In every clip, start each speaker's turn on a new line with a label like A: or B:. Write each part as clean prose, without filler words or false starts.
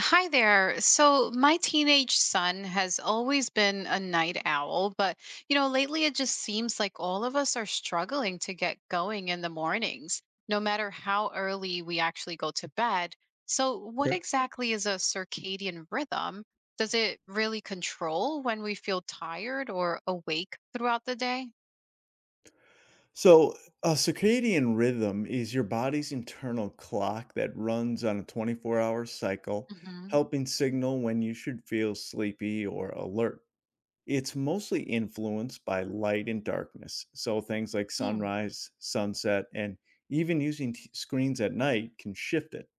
A: Hi there. So, my teenage son has always been a night owl, but lately it just seems like all of us are struggling to get going in the mornings, no matter how early we actually go to bed. So, what
B: Okay.
A: exactly is a circadian rhythm? Does it really control when we feel tired or awake throughout the day?
B: So, a circadian rhythm is your body's internal clock that runs on a 24-hour cycle,
A: Hmm.
B: helping signal when you should feel sleepy or alert. It's mostly influenced by light and darkness. So, things like sunrise, sunset, and even using screens at night can shift it.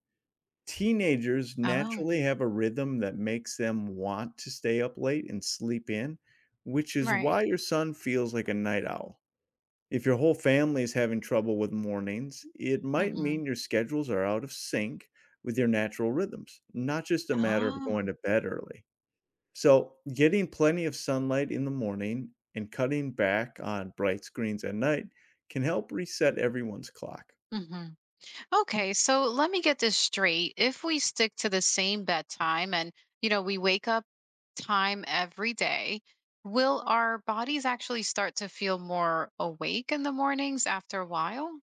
B: Teenagers
A: Oh,
B: naturally have a rhythm that makes them want to stay up late and sleep in, which is
A: right.
B: why your son feels like a night owl. If your whole family is having trouble with mornings, it might
A: Hmm.
B: mean your schedules are out of sync with your natural rhythms, not just a matter of going
A: Oh.
B: to bed early. So, getting plenty of sunlight in the morning and cutting back on bright screens at night can help reset everyone's clock.
A: Hmm. Okay, so let me get this straight. If we stick to the same bedtime and we wake up time every day, will our bodies actually start to feel more awake in the mornings after a while?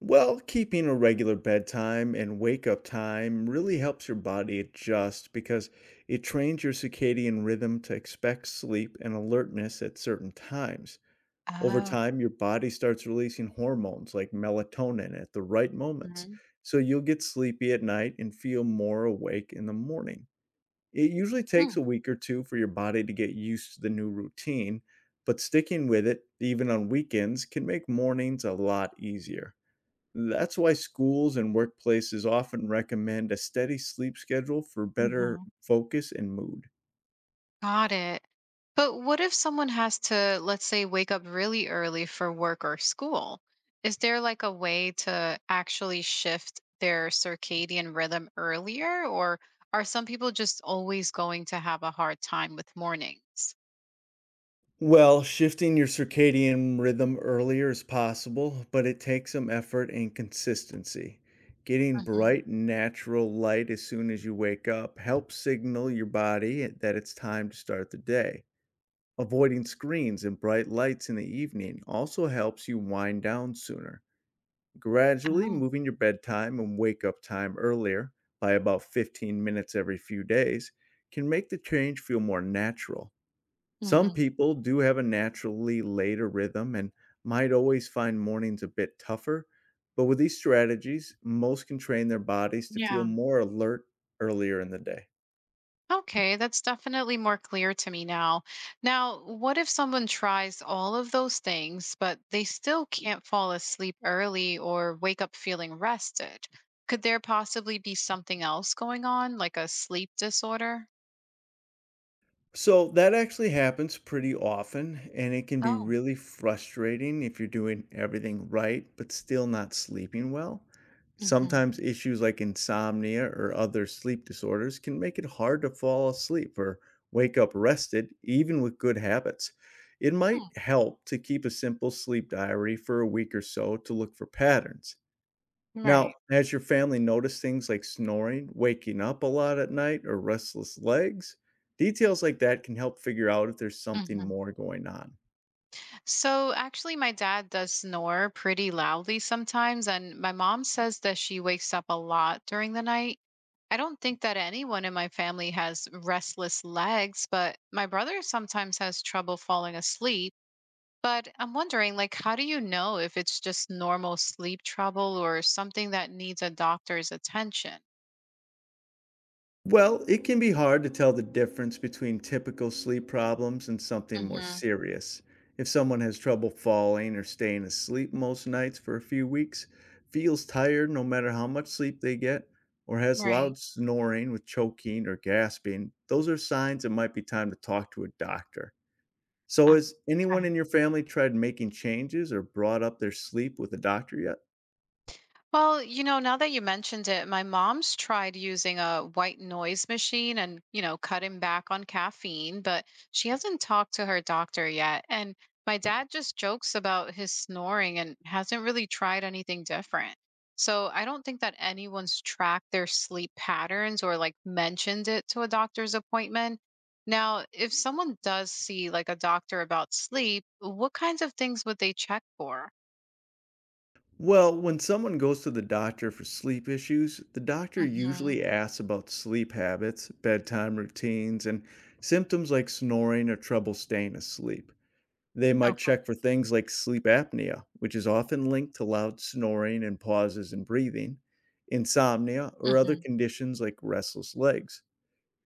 B: Well, keeping a regular bedtime and wake up time really helps your body adjust because it trains your circadian rhythm to expect sleep and alertness at certain times. Over
A: Oh.
B: time, your body starts releasing hormones like melatonin at the right moments,
A: Hmm.
B: so you'll get sleepy at night and feel more awake in the morning. It usually takes a week or two for your body to get used to the new routine, but sticking with it, even on weekends, can make mornings a lot easier. That's why schools and workplaces often recommend a steady sleep schedule for better
A: Mhm.
B: focus and mood.
A: Got it. But what if someone has to, let's say, wake up really early for work or school? Is there like a way to actually shift their circadian rhythm earlier, or are some people just always going to have a hard time with mornings?
B: Well, shifting your circadian rhythm earlier is possible, but it takes some effort and consistency. Getting
A: Hmm.
B: bright, natural light as soon as you wake up helps signal your body that it's time to start the day. Avoiding screens and bright lights in the evening also helps you wind down sooner. Gradually
A: Oh.
B: moving your bedtime and wake up time earlier by about 15 minutes every few days can make the change feel more natural. Some
A: Hmm.
B: people do have a naturally later rhythm and might always find mornings a bit tougher, but with these strategies, most can train their bodies to feel
A: Yeah.
B: more alert earlier in the day.
A: Okay, that's definitely more clear to me now. Now, what if someone tries all of those things, but they still can't fall asleep early or wake up feeling rested? Could there possibly be something else going on, like a sleep disorder?
B: So that actually happens pretty often, and it can be
A: Oh.
B: really frustrating if you're doing everything right, but still not sleeping well.
A: Mm-hmm.
B: Sometimes issues like insomnia or other sleep disorders can make it hard to fall asleep or wake up rested, even with good habits. It might help to keep a simple sleep diary for a week or so to look for patterns.
A: Right.
B: Now, has your family noticed things like snoring, waking up a lot at night, or restless legs? Details like that can help figure out if there's something more going on.
A: So actually, my dad does snore pretty loudly sometimes, and my mom says that she wakes up a lot during the night. I don't think that anyone in my family has restless legs, but my brother sometimes has trouble falling asleep. But I'm wondering, like, how do you know if it's just normal sleep trouble or something that needs a doctor's attention?
B: Well, it can be hard to tell the difference between typical sleep problems and something more
A: Hmm.
B: serious. If someone has trouble falling or staying asleep most nights for a few weeks, feels tired no matter how much sleep they get, or has
A: Right.
B: loud snoring with choking or gasping, those are signs it might be time to talk to a doctor. So has anyone
A: Okay.
B: in your family tried making changes or brought up their sleep with a doctor yet?
A: Well, now that you mentioned it, my mom's tried using a white noise machine and cutting back on caffeine, but she hasn't talked to her doctor yet. And my dad just jokes about his snoring and hasn't really tried anything different. So I don't think that anyone's tracked their sleep patterns or like mentioned it to a doctor's appointment. Now, if someone does see like a doctor about sleep, what kinds of things would they check for?
B: Well, when someone goes to the doctor for sleep issues, the doctor
A: Hmm.
B: usually asks about sleep habits, bedtime routines, and symptoms like snoring or trouble staying asleep. They might
A: Okay.
B: check for things like sleep apnea, which is often linked to loud snoring and pauses in breathing, insomnia, or other
A: Hmm.
B: conditions like restless legs.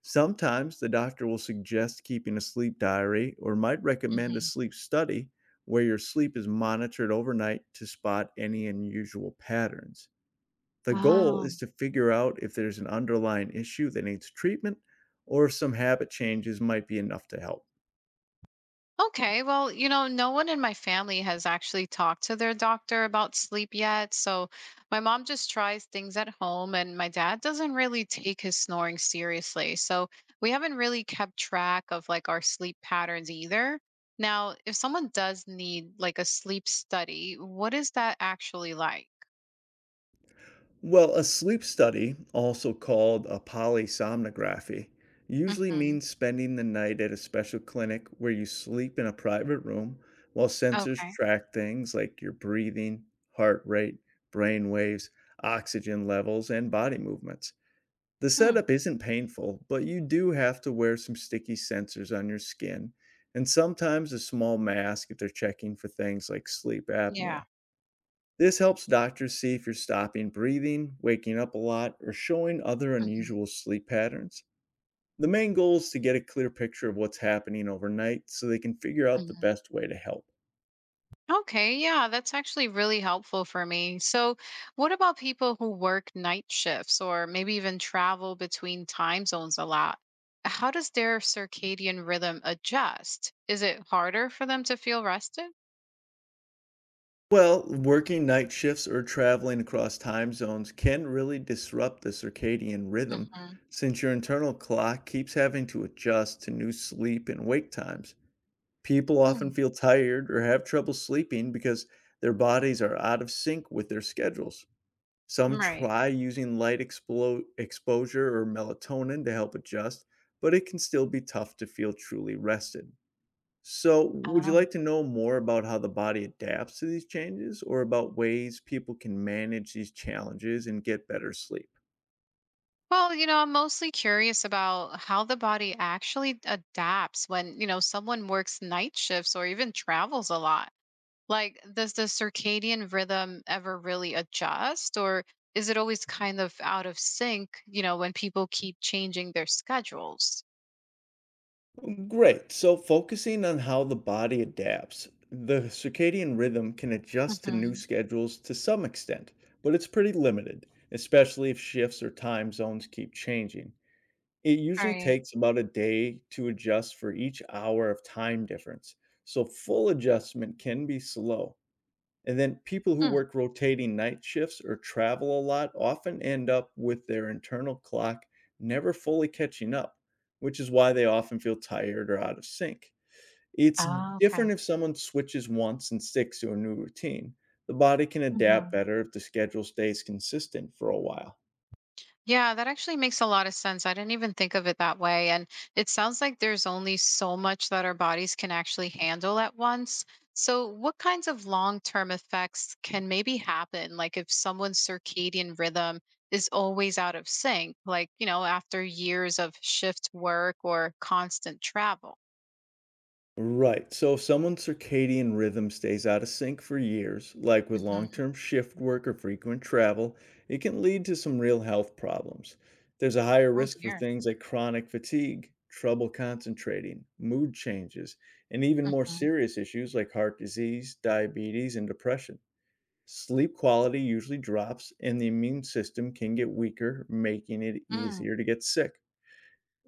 B: Sometimes the doctor will suggest keeping a sleep diary or might recommend a
A: Hmm.
B: sleep study where your sleep is monitored overnight to spot any unusual patterns. The goal
A: Oh,
B: is to figure out if there's an underlying issue that needs treatment or if some habit changes might be enough to help.
A: okay. Well, no one in my family has actually talked to their doctor about sleep yet. So my mom just tries things at home, and my dad doesn't really take his snoring seriously. So we haven't really kept track of like our sleep patterns either. Now, if someone does need like a sleep study, what is that actually like?
B: Well, a sleep study, also called a polysomnography, usually
A: Hmm.
B: means spending the night at a special clinic where you sleep in a private room while sensors
A: Okay.
B: track things like your breathing, heart rate, brain waves, oxygen levels, and body movements. The
A: Hmm.
B: setup isn't painful, but you do have to wear some sticky sensors on your skin and sometimes a small mask if they're checking for things like sleep
A: Yeah.
B: apnea. This helps doctors see if you're stopping breathing, waking up a lot, or showing other unusual sleep patterns. The main goal is to get a clear picture of what's happening overnight so they can figure out the
A: Mhm.
B: best way to help.
A: Okay, yeah, that's actually really helpful for me. So, what about people who work night shifts or maybe even travel between time zones a lot? How does their circadian rhythm adjust? Is it harder for them to feel rested?
B: Well, working night shifts or traveling across time zones can really disrupt the circadian rhythm
A: Hmm.
B: since your internal clock keeps having to adjust to new sleep and wake times. People often feel tired or have trouble sleeping because their bodies are out of sync with their schedules. Some
A: Right.
B: try using light exposure or melatonin to help adjust, but it can still be tough to feel truly rested. So, would you
A: Oh.
B: like to know more about how the body adapts to these changes or about ways people can manage these challenges and get better sleep?
A: Well, I'm mostly curious about how the body actually adapts when someone works night shifts or even travels a lot. Like, does the circadian rhythm ever really adjust, or is it always kind of out of sync, when people keep changing their schedules?
B: Great. So, focusing on how the body adapts, the circadian rhythm can adjust to new
A: Mhm.
B: schedules to some extent, but it's pretty limited, especially if shifts or time zones keep changing. It usually
A: Right.
B: takes about a day to adjust for each hour of time difference, so full adjustment can be slow. And then people who
A: Mm.
B: work rotating night shifts or travel a lot often end up with their internal clock never fully catching up, which is why they often feel tired or out of sync. It's
A: Oh, okay.
B: different if someone switches once and sticks to a new routine. The body can adapt
A: Mm-hmm.
B: better if the schedule stays consistent for a while.
A: Yeah, that actually makes a lot of sense. I didn't even think of it that way. And it sounds like there's only so much that our bodies can actually handle at once. So, what kinds of long term effects can maybe happen? Like, if someone's circadian rhythm is always out of sync, like, after years of shift work or constant travel?
B: Right. So if someone's circadian rhythm stays out of sync for years, like with
A: Hmm.
B: long-term shift work or frequent travel, it can lead to some real health problems. There's a higher
A: Oh,
B: risk for
A: dear.
B: things like chronic fatigue, trouble concentrating, mood changes, and even more
A: Hmm.
B: serious issues like heart disease, diabetes, and depression. Sleep quality usually drops, and the immune system can get weaker, making it
A: Mm.
B: easier to get sick.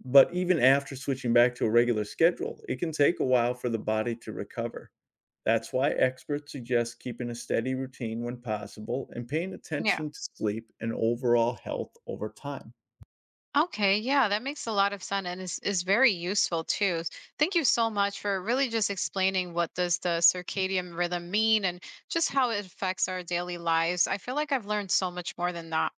B: But even after switching back to a regular schedule, it can take a while for the body to recover. That's why experts suggest keeping a steady routine when possible and paying
A: Yeah.
B: attention to sleep and overall health over time.
A: Okay, yeah, that makes a lot of sense and is very useful too. Thank you so much for really just explaining what does the circadian rhythm mean and just how it affects our daily lives. I feel like I've learned so much more than that.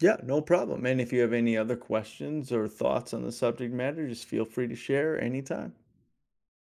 B: Yeah, no problem. And if you have any other questions or thoughts on the subject matter, just feel free to share anytime.